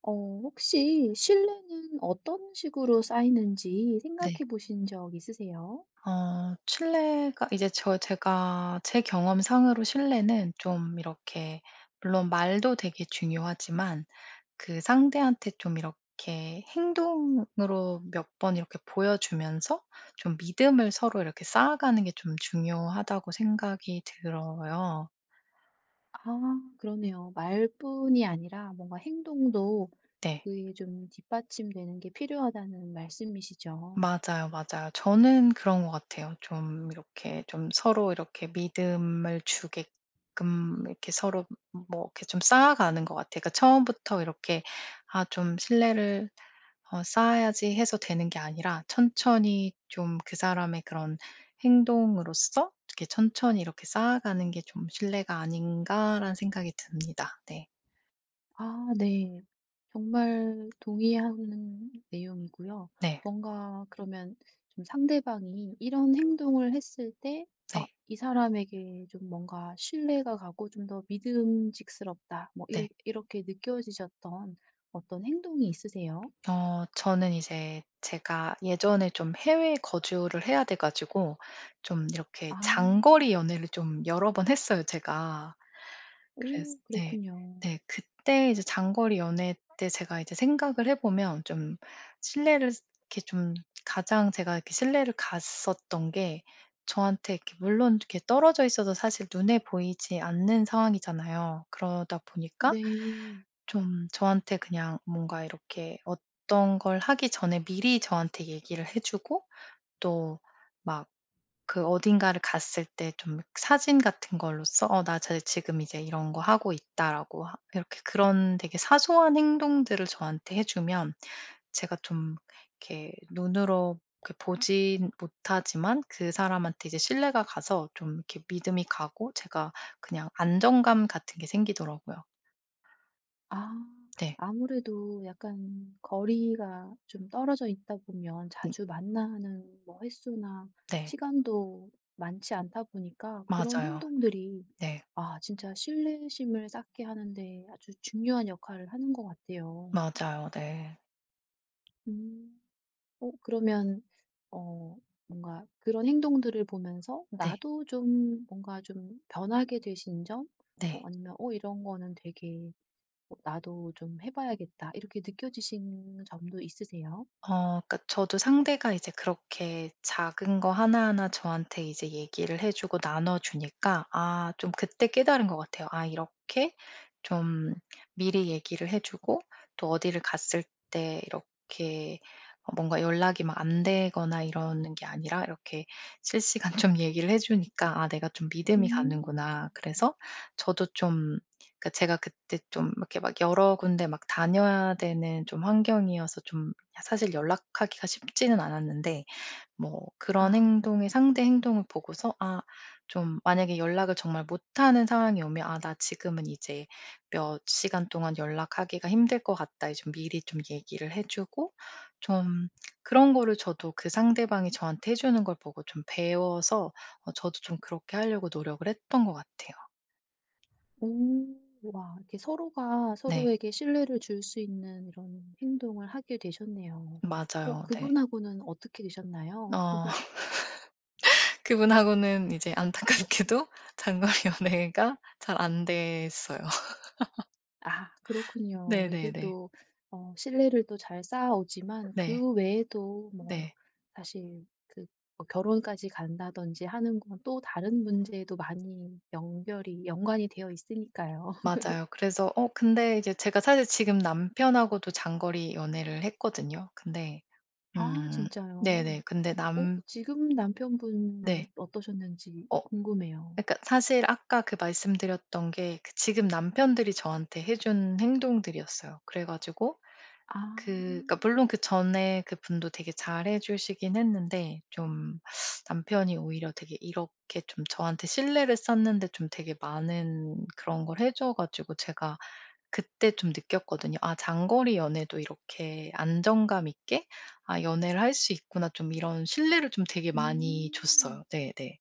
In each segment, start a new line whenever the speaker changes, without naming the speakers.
어 혹시 신뢰는 어떤 식으로 쌓이는지
네.
생각해 보신 적 있으세요?
신뢰가 이제 제가 제 경험상으로 신뢰는 좀 이렇게 물론 말도 되게 중요하지만 그 상대한테 좀 이렇게 행동으로 몇 번 이렇게 보여주면서 좀 믿음을 서로 이렇게 쌓아가는 게 좀 중요하다고 생각이 들어요.
아 그러네요. 말뿐이 아니라 뭔가 행동도
네.
그에 좀 뒷받침되는 게 필요하다는 말씀이시죠.
맞아요, 맞아요. 저는 그런 것 같아요. 좀 이렇게 좀 서로 이렇게 믿음을 주게끔 이렇게 서로 뭐 이렇게 좀 쌓아가는 것 같아요. 그러니까 처음부터 이렇게 '아 좀 신뢰를 쌓아야지.' 해서 되는 게 아니라 천천히 좀 그 사람의 그런 행동으로써 이렇게 '천천히 이렇게 쌓아가는 게 좀 신뢰가 아닌가.'라는 생각이 듭니다. 네.
아 네. 정말 동의하는 내용이고요.
네.
뭔가 그러면 좀 상대방이 이런 행동을 했을 때
네.
'아 이 사람에게 좀 뭔가 신뢰가 가고 좀 더 믿음직스럽다.' 뭐
네.
이렇게 느껴지셨던 어떤 행동이 있으세요?
저는 이제 제가 예전에 좀 해외 거주를 해야 돼 가지고 좀 이렇게
아.
장거리 연애를 좀 여러 번 했어요 제가. 그래서
오
네.
그렇군요.
네. 그때 이제 장거리 연애 때 제가 이제 생각을 해 보면 좀 신뢰를 이렇게 좀 가장 제가 이렇게 신뢰를 갔었던 게 저한테 이렇게 물론 이렇게 떨어져 있어도 사실 눈에 보이지 않는 상황이잖아요. 그러다 보니까
네.
좀 저한테 그냥 뭔가 이렇게 어떤 걸 하기 전에 미리 저한테 얘기를 해 주고 또 막 그 어딘가를 갔을 때 좀 사진 같은 걸로써 "어 나 저 지금 이제 이런 거 하고 있다."라고 하 이렇게 그런 되게 사소한 행동들을 저한테 해 주면 제가 좀 이렇게 눈으로 이렇게 보진 못하지만 그 사람한테 이제 신뢰가 가서 좀 이렇게 믿음이 가고 제가 그냥 안정감 같은 게 생기더라고요.
아.
네.
아무래도 약간 거리가 좀 떨어져 있다 보면
음
자주 만나는 뭐 횟수나
네.
시간도 많지 않다 보니까 그런
맞아요.
행동들이
네.
아 진짜 신뢰심을 쌓게 하는 데 아주 중요한 역할을 하는 것 같아요.
맞아요. 네.
음. 어 그러면 어 뭔가 그런 행동들을 보면서
네.
나도 좀 뭔가 좀 변하게 되신 점? 어
네.
아니면 '어 이런 거는 되게 어 나도 좀 해 봐야겠다.' 이렇게 느껴지신 점도 있으세요?
그러니까 저도 상대가 이제 그렇게 작은 거 하나하나 저한테 이제 얘기를 해 주고 나눠 주니까 아 좀 그때 깨달은 것 같아요. '아 이렇게 좀 미리 얘기를 해 주고 또 어디를 갔을 때 이렇게 뭔가 연락이 막 안 되거나 이러는 게 아니라 이렇게 실시간 좀 얘기를 해 주니까 아 내가 좀 믿음이 가는구나.'
음.
그래서 저도 좀 그러니까 제가 그때 좀 이렇게 막 여러 군데 막 다녀야 되는 좀 환경이어서 좀 사실 연락하기가 쉽지는 않았는데 뭐 그런
아.
행동의 상대 행동을 보고서 아 좀 만약에 연락을 정말 못하는 상황이 오면 '아 나 지금은 이제 몇 시간 동안 연락하기가 힘들 것 같다.' 이 좀 미리 좀 얘기를 해 주고 좀 그런 거를 저도 그 상대방이 저한테 해 주는 걸 보고 좀 배워서 저도 좀 그렇게 하려고 노력을 했던 것 같아요.
오. 와 이렇게 서로가
네.
서로에게 신뢰를 줄 수 있는 이런 행동을 하게 되셨네요. 어
맞아요. 네.
그분하고는 어떻게 되셨나요?
어. 그분하고는 이제 안타깝게도 장거리 연애가 잘 안 됐어요.
아 그렇군요. 이게
네네네.
또 어 신뢰를 또 잘 쌓아오지만
네.
그 외에도 뭐
네.
사실 그뭐 결혼까지 간다든지 하는 건 또 다른 문제에도 많이 연결이 연관이 되어 있으니까요.
맞아요. 그래서 근데 이제 제가 사실 지금 남편하고도 장거리 연애를 했거든요. 근데
아
음
진짜요?
네네. 근데
어
남
지금 남편분은
네.
어떠셨는지
어
궁금해요.
그러니까 사실 아까 그 말씀드렸던 게 그 지금 남편들이 저한테 해준 행동들이었어요. 그래 가지고
아.
그러니까 물론 그전에 그분도 되게 잘해 주시긴 했는데 좀 남편이 오히려 되게 이렇게 좀 저한테 신뢰를 쌓는데 좀 되게 많은 그런 걸 해줘 가지고 제가 그때 좀 느꼈거든요. '아 장거리 연애도 이렇게 안정감 있게 아 연애를 할 수 있구나.' 좀 이런 신뢰를 좀 되게 많이
음.
줬어요. 네네. 네.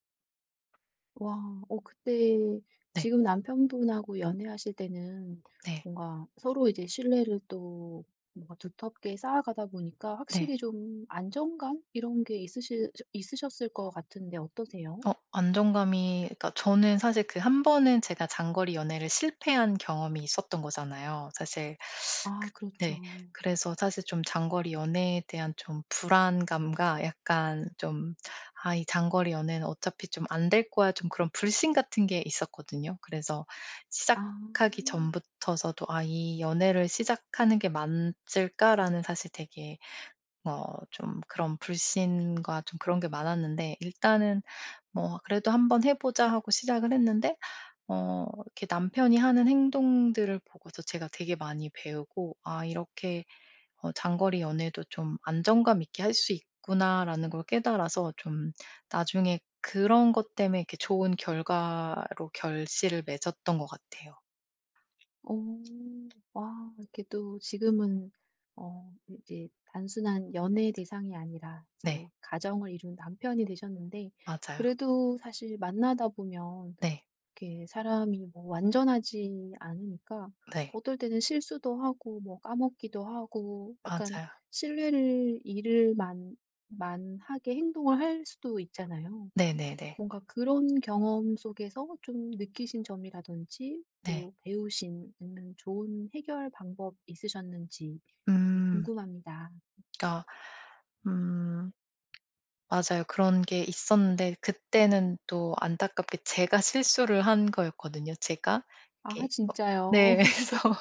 와. 어 그때
네.
지금 남편분하고 연애하실 때는
네.
뭔가 서로 이제 신뢰를 또 뭔가 두텁게 쌓아가다 보니까
네.
확실히 좀 안정감 이런 게 있으실 있으셨을 것 같은데 어떠세요?
안정감이 그러니까 저는 사실 그 한 번은 제가 장거리 연애를 실패한 경험이 있었던 거잖아요. 사실
아
그
그렇죠.
네. 그래서 사실 좀 장거리 연애에 대한 좀 불안감과 약간 좀 '아 이 장거리 연애는 어차피 좀 안 될 거야.' 좀 그런 불신 같은 게 있었거든요. 그래서
아.
시작하기 전부터서도 '아 이 연애를 시작하는 게 맞을까?'라는 사실 되게 좀 그런 불신과 좀 그런 게 많았는데 일단은 뭐 '그래도 한번 해 보자.' 하고 시작을 했는데 이렇게 남편이 하는 행동들을 보고서 제가 되게 많이 배우고 '아 이렇게 장거리 연애도 좀 안정감 있게 할 수 있구나.'라는 걸 깨달아서 좀 나중에 그런 것 때문에 이렇게 좋은 결과로 결실을 맺었던 것 같아요.
오 와 이렇게 또 지금은 어 이제 단순한 연애 대상이 아니라
네.
이제 가정을 이룬 남편이 되셨는데
맞아요.
그래도 사실 만나다 보면
네.
이렇게 사람이 뭐 완전하지 않으니까
네.
어떨 때는 실수도 하고 뭐 까먹기도 하고 약간
맞아요.
신뢰를 잃을 만 만하게 행동을 할 수도 있잖아요.
네네네. 네.
뭔가 그런 경험 속에서 좀 느끼신 점이라든지
네, 네.
또 배우신 아니면 좋은 해결 방법 있으셨는지 네,
음.
궁금합니다.
그러니까 음. 맞아요. 그런 게 있었는데 그때는 또 안타깝게 제가 실수를 한 거였거든요, 제가.
아,
이렇게
진짜요?
네. 그래서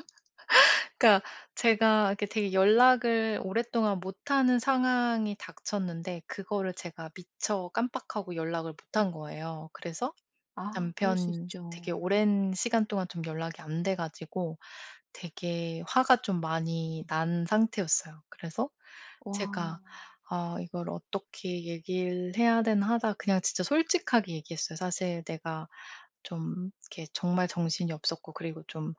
그러니까 제가 이렇게 되게 연락을 오랫동안 못하는 상황이 닥쳤는데 그거를 제가 미처 깜빡하고 연락을 못한 거예요. 그래서
아, 그럴 수
남편 되게
있죠.
오랜 시간 동안 좀 연락이 안 돼 가지고 되게 화가 좀 많이 난 상태였어요. 그래서
와,
제가 '아 이걸 어떻게 얘기를 해야 되나.' 하다가 그냥 진짜 솔직하게 얘기했어요. 사실 내가 좀 이렇게 정말 정신이 없었고 그리고 좀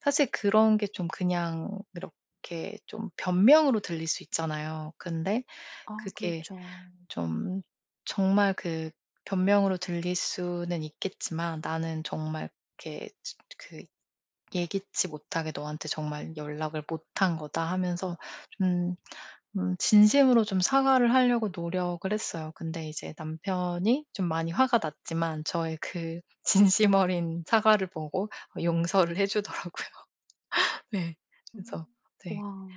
사실 그런 게 좀 그냥 이렇게 좀 변명으로 들릴 수 있잖아요. 근데
아,
그게
그렇죠.
좀 정말 그 변명으로 들릴 수는 있겠지만 나는 정말 이렇게 그 예기치 못하게 너한테 정말 연락을 못한 거다 하면서 좀 진심으로 좀 사과를 하려고 노력을 했어요. 근데 이제 남편이 좀 많이 화가 났지만 저의 그 진심 어린 사과를 보고 용서를 해 주더라고요. 네. 그래서
음,
네.
와,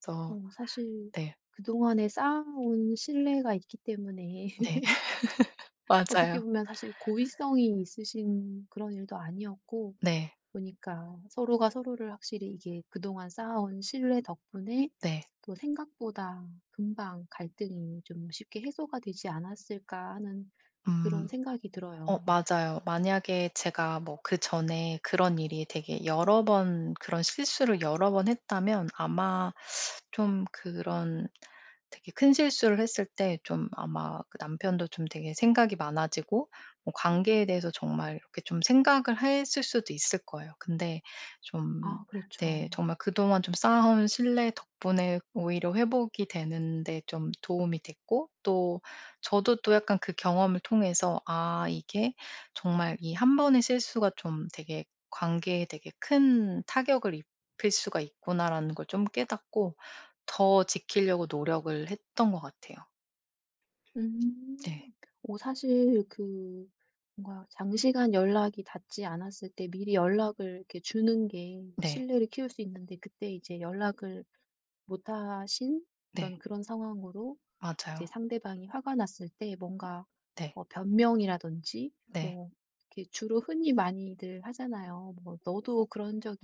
그래서
사실
네.
그동안에 쌓아온 신뢰가 있기 때문에
네.
어떻게
맞아요.
보면 사실 고의성이 있으신 그런 일도 아니었고
네.
보니까 서로가 서로를 확실히 이게 그동안 쌓아온 신뢰 덕분에
네.
또 '생각보다 금방 갈등이 좀 쉽게 해소가 되지 않았을까.' 하는 그런
음.
생각이 들어요.
맞아요. 만약에 제가 뭐 그전에 그런 일이 되게 여러 번 그런 실수를 여러 번 했다면 아마 좀 그런 되게 큰 실수를 했을 때 좀 아마 그 남편도 좀 되게 생각이 많아지고 뭐 관계에 대해서 정말 이렇게 좀 생각을 했을 수도 있을 거예요. 근데 좀
아
네
그렇죠.
정말 그동안 좀 쌓아온 신뢰 덕분에 오히려 회복이 되는데 좀 도움이 됐고 또 저도 또 약간 그 경험을 통해서 '아 이게 정말 이 한 번의 실수가 좀 되게 관계에 되게 큰 타격을 입힐 수가 있구나.'라는 걸 좀 깨닫고 더 지키려고 노력을 했던 것 같아요. 네.
음. 오 사실 그 뭔가 장시간 연락이 닿지 않았을 때 미리 연락을 이렇게 주는 게
네.
신뢰를 키울 수 있는데 그때 이제 연락을 못 하신
네.
어떤 그런 상황으로
맞아요.
이제 상대방이 화가 났을 때 뭔가
네.
뭐 변명이라든지
네.
뭐 이렇게 주로 흔히 많이들 하잖아요. 뭐 "너도 그런 적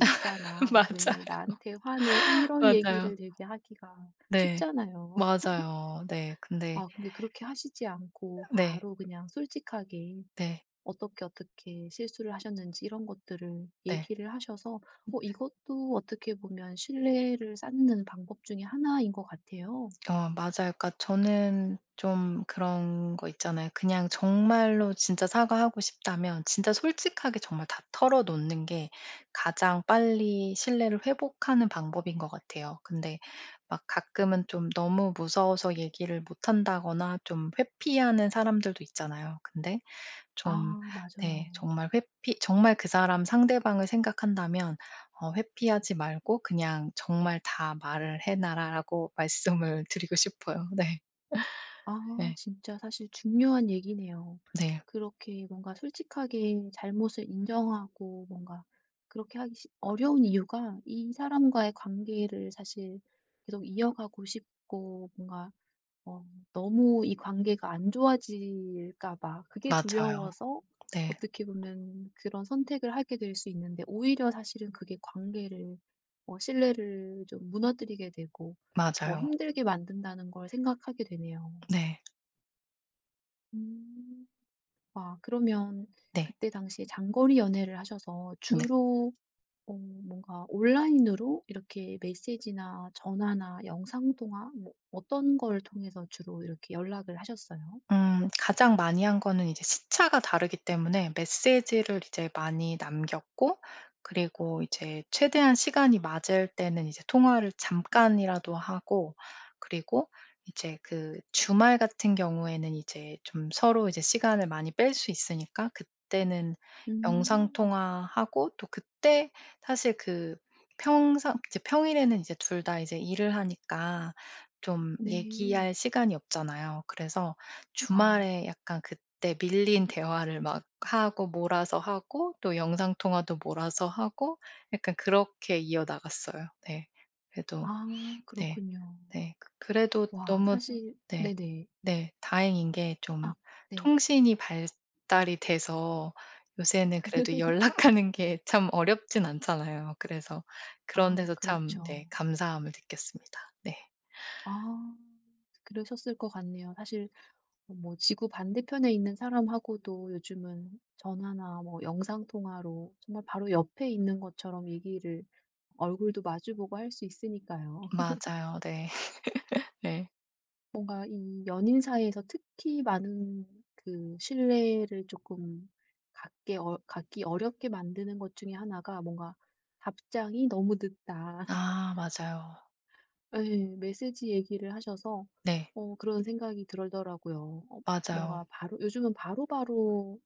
있잖아. 왜
맞아요.
나한테 화내?" 이런
맞아요.
얘기를 되게 하기가
네.
쉽잖아요.
맞아요. 네. 근데
아 근데 그렇게 하시지 않고
네.
바로 그냥 솔직하게
네.
어떻게, 어떻게 실수를 하셨는지 이런 것들을
네.
얘기를 하셔서 어 이것도 어떻게 보면 신뢰를 쌓는 방법 중에 하나인 것 같아요.
맞아요. 그러니까 저는 좀 그런 거 있잖아요. 그냥 정말로 진짜 사과하고 싶다면 진짜 솔직하게 정말 다 털어 놓는 게 가장 빨리 신뢰를 회복하는 방법인 것 같아요. 근데 막 가끔은 좀 너무 무서워서 얘기를 못 한다거나 좀 회피하는 사람들도 있잖아요. 근데 좀
아 맞아요.
네 정말 그 사람 상대방을 생각한다면 회피하지 말고 "그냥 정말 다 말을 해 놔라."라고 말씀을 드리고 싶어요. 네.
아
예.
진짜 사실 중요한 얘기네요.
네.
그렇게 뭔가 솔직하게 잘못을 인정하고 뭔가 그렇게 하기 어려운 이유가 이 사람과의 관계를 사실 계속 이어가고 싶고 뭔가 어, 너무 이 관계가 안 좋아질까 봐 그게
맞아요.
두려워서
네.
어떻게 보면 그런 선택을 하게 될 수 있는데 오히려 사실은 그게 관계를 어, 신뢰를 좀 무너뜨리게 되고 더
맞아요.
힘들게 만든다는 걸 생각하게 되네요.
네.
음. 와 그러면
네.
그때 당시에 장거리 연애를 하셔서
네.
주로 어 뭔가 온라인으로 이렇게 메시지나 전화나 영상 통화 뭐 어떤 걸 통해서 주로 이렇게 연락을 하셨어요?
가장 많이 한 거는 이제 시차가 다르기 때문에 메시지를 이제 많이 남겼고 그리고 이제 최대한 시간이 맞을 때는 이제 통화를 잠깐이라도 하고 그리고 이제 그 주말 같은 경우에는 이제 좀 서로 이제 시간을 많이 뺄 수 있으니까 그때는 영상
음.
통화하고 또 그때 사실 그 평상 이제 평일에는 이제 둘 다 이제 일을 하니까 좀
네.
얘기할 시간이 없잖아요. 그래서
아.
주말에 약간 그때 밀린 대화를 막 하고 몰아서 하고 또 영상 통화도 몰아서 하고 약간 그렇게 이어나갔어요. 네. 그래도
아
네.
그렇군요.
네. 그래도
와
너무
사실
네.
네네.
네. 다행인 게 좀
아 네.
통신이 발달이 돼서 요새는 그래도 연락하는 게 참 어렵진 않잖아요. 그래서 그런
아
데서 참
그렇죠.
네 감사함을 느꼈습니다. 네.
아 그러셨을 것 같네요. 사실 어, 뭐 지구 반대편에 있는 사람하고도 요즘은 전화나 뭐 영상 통화로 정말 바로 옆에 있는 것처럼 얘기를 얼굴도 마주보고 할 수 있으니까요.
맞아요. 네. 네.
뭔가 이 연인 사이에서 특히 많은 그 신뢰를 조금 갖게 어 갖기 어렵게 만드는 것 중에 하나가 뭔가 답장이 너무 늦다.
아 맞아요.
예. 메시지 얘기를 하셔서
네.
어 그런 생각이 들더라고요. 어
맞아요.
뭔가 바로 요즘은 바로바로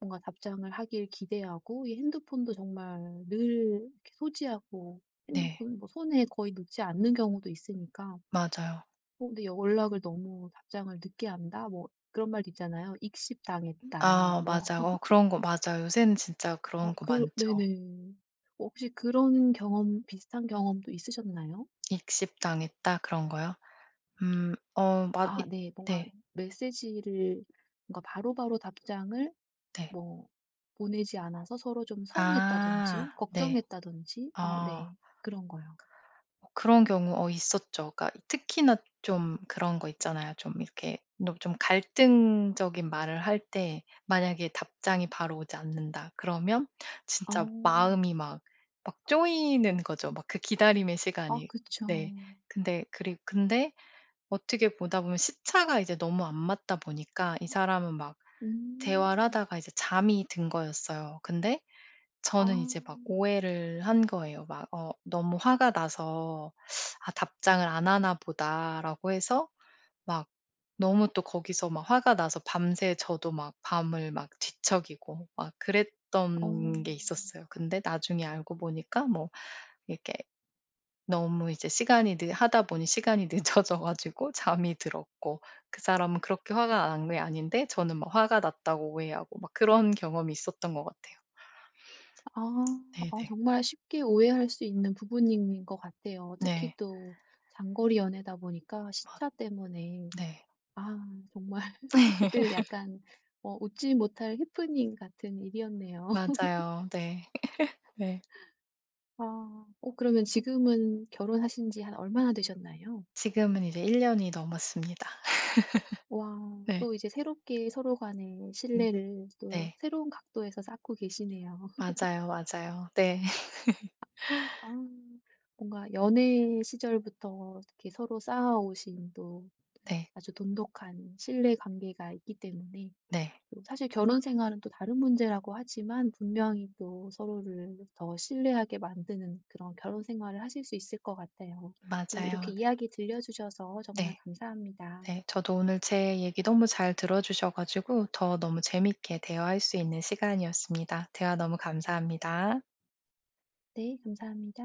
뭔가 답장을 하길 기대하고 이 핸드폰도 정말 늘 이렇게 소지하고
네.
핸드폰 뭐 손에 거의 놓지 않는 경우도 있으니까
맞아요.
어 근데 연락을 너무 답장을 늦게 한다 뭐 그런 말도 있잖아요. "익십당했다."
아
뭐
맞아. 그런 거 맞아요. 요새는 진짜
어
그런 거
그
많죠.
네네. 혹시 그런 경험 비슷한 경험도 있으셨나요?
익십당했다 그런 거요? 음. 어 맞
아
이
네. 뭔가
네.
메시지를 뭔가 바로바로 답장을
네.
뭐 보내지 않아서 서로 좀
아.
서운했다든지
네.
걱정했다든지 아,
어.
네. 그런 거요.
그런 경우 있었죠. 그러니까 특히나 좀 그런 거 있잖아요. 좀 이렇게 너 좀 갈등적인 말을 할 때 만약에 답장이 바로 오지 않는다 그러면
어.
진짜 마음이 막 쪼이는 거죠. 막 그 기다림의
아
시간이. 네.
그쵸.
근데 어떻게 보다 보면 시차가 이제 너무 안 맞다 보니까 이 사람은 막 대화를
음.
하다가 이제 잠이 든 거였어요. 근데
아.
저는 이제 막 오해를 한 거예요. 막 너무 화가 나서 '아 답장을 안 하나 보다.'라고 해서 막 너무 또 거기서 막 화가 나서 밤새 저도 막 밤을 막 뒤척이고 막
어.
그랬던 게 있었어요. 근데 나중에 알고 보니까 뭐 이렇게 너무 이제 시간이 늦 하다 보니 시간이 늦어져 가지고 잠이 들었고 그 사람은 그렇게 화가 난 게 아닌데 저는 막 화가 났다고 오해하고 막 그런 경험이 있었던 것 같아요.
아. 아
네네.
정말 쉽게 오해할 수 있는 부분인 것 같아요. 특히
네.
또 장거리 연애다 보니까 시차 때문에
네.
아 정말 그때는 약간 어 웃지 못할 해프닝 같은 일이었네요.
맞아요. 네. 네.
아. 어 그러면 지금은 결혼하신 지 한 얼마나 되셨나요?
지금은 이제 1년 년이 넘었습니다.
와
네.
또 이제 새롭게 서로 간의
음.
신뢰를 또
네.
새로운 각도에서 쌓고 계시네요.
맞아요, 맞아요. 네.
아 뭔가 연애 시절부터 이렇게 서로 쌓아오신 또
네.
아주 돈독한 신뢰 관계가 있기 때문에
네.
또 사실 결혼 생활은 또 다른 문제라고 하지만 분명히 또 서로를 더 신뢰하게 만드는 그런 결혼 생활을 하실 수 있을 것 같아요. 오늘
맞아요.
이렇게
네.
이야기 들려 주셔서 정말
네.
감사합니다.
네. 저도 오늘 제 얘기 너무 잘 들어 주셔 가지고 더 너무 재밌게 대화할 수 있는 시간이었습니다. 대화 너무 감사합니다.
네, 감사합니다.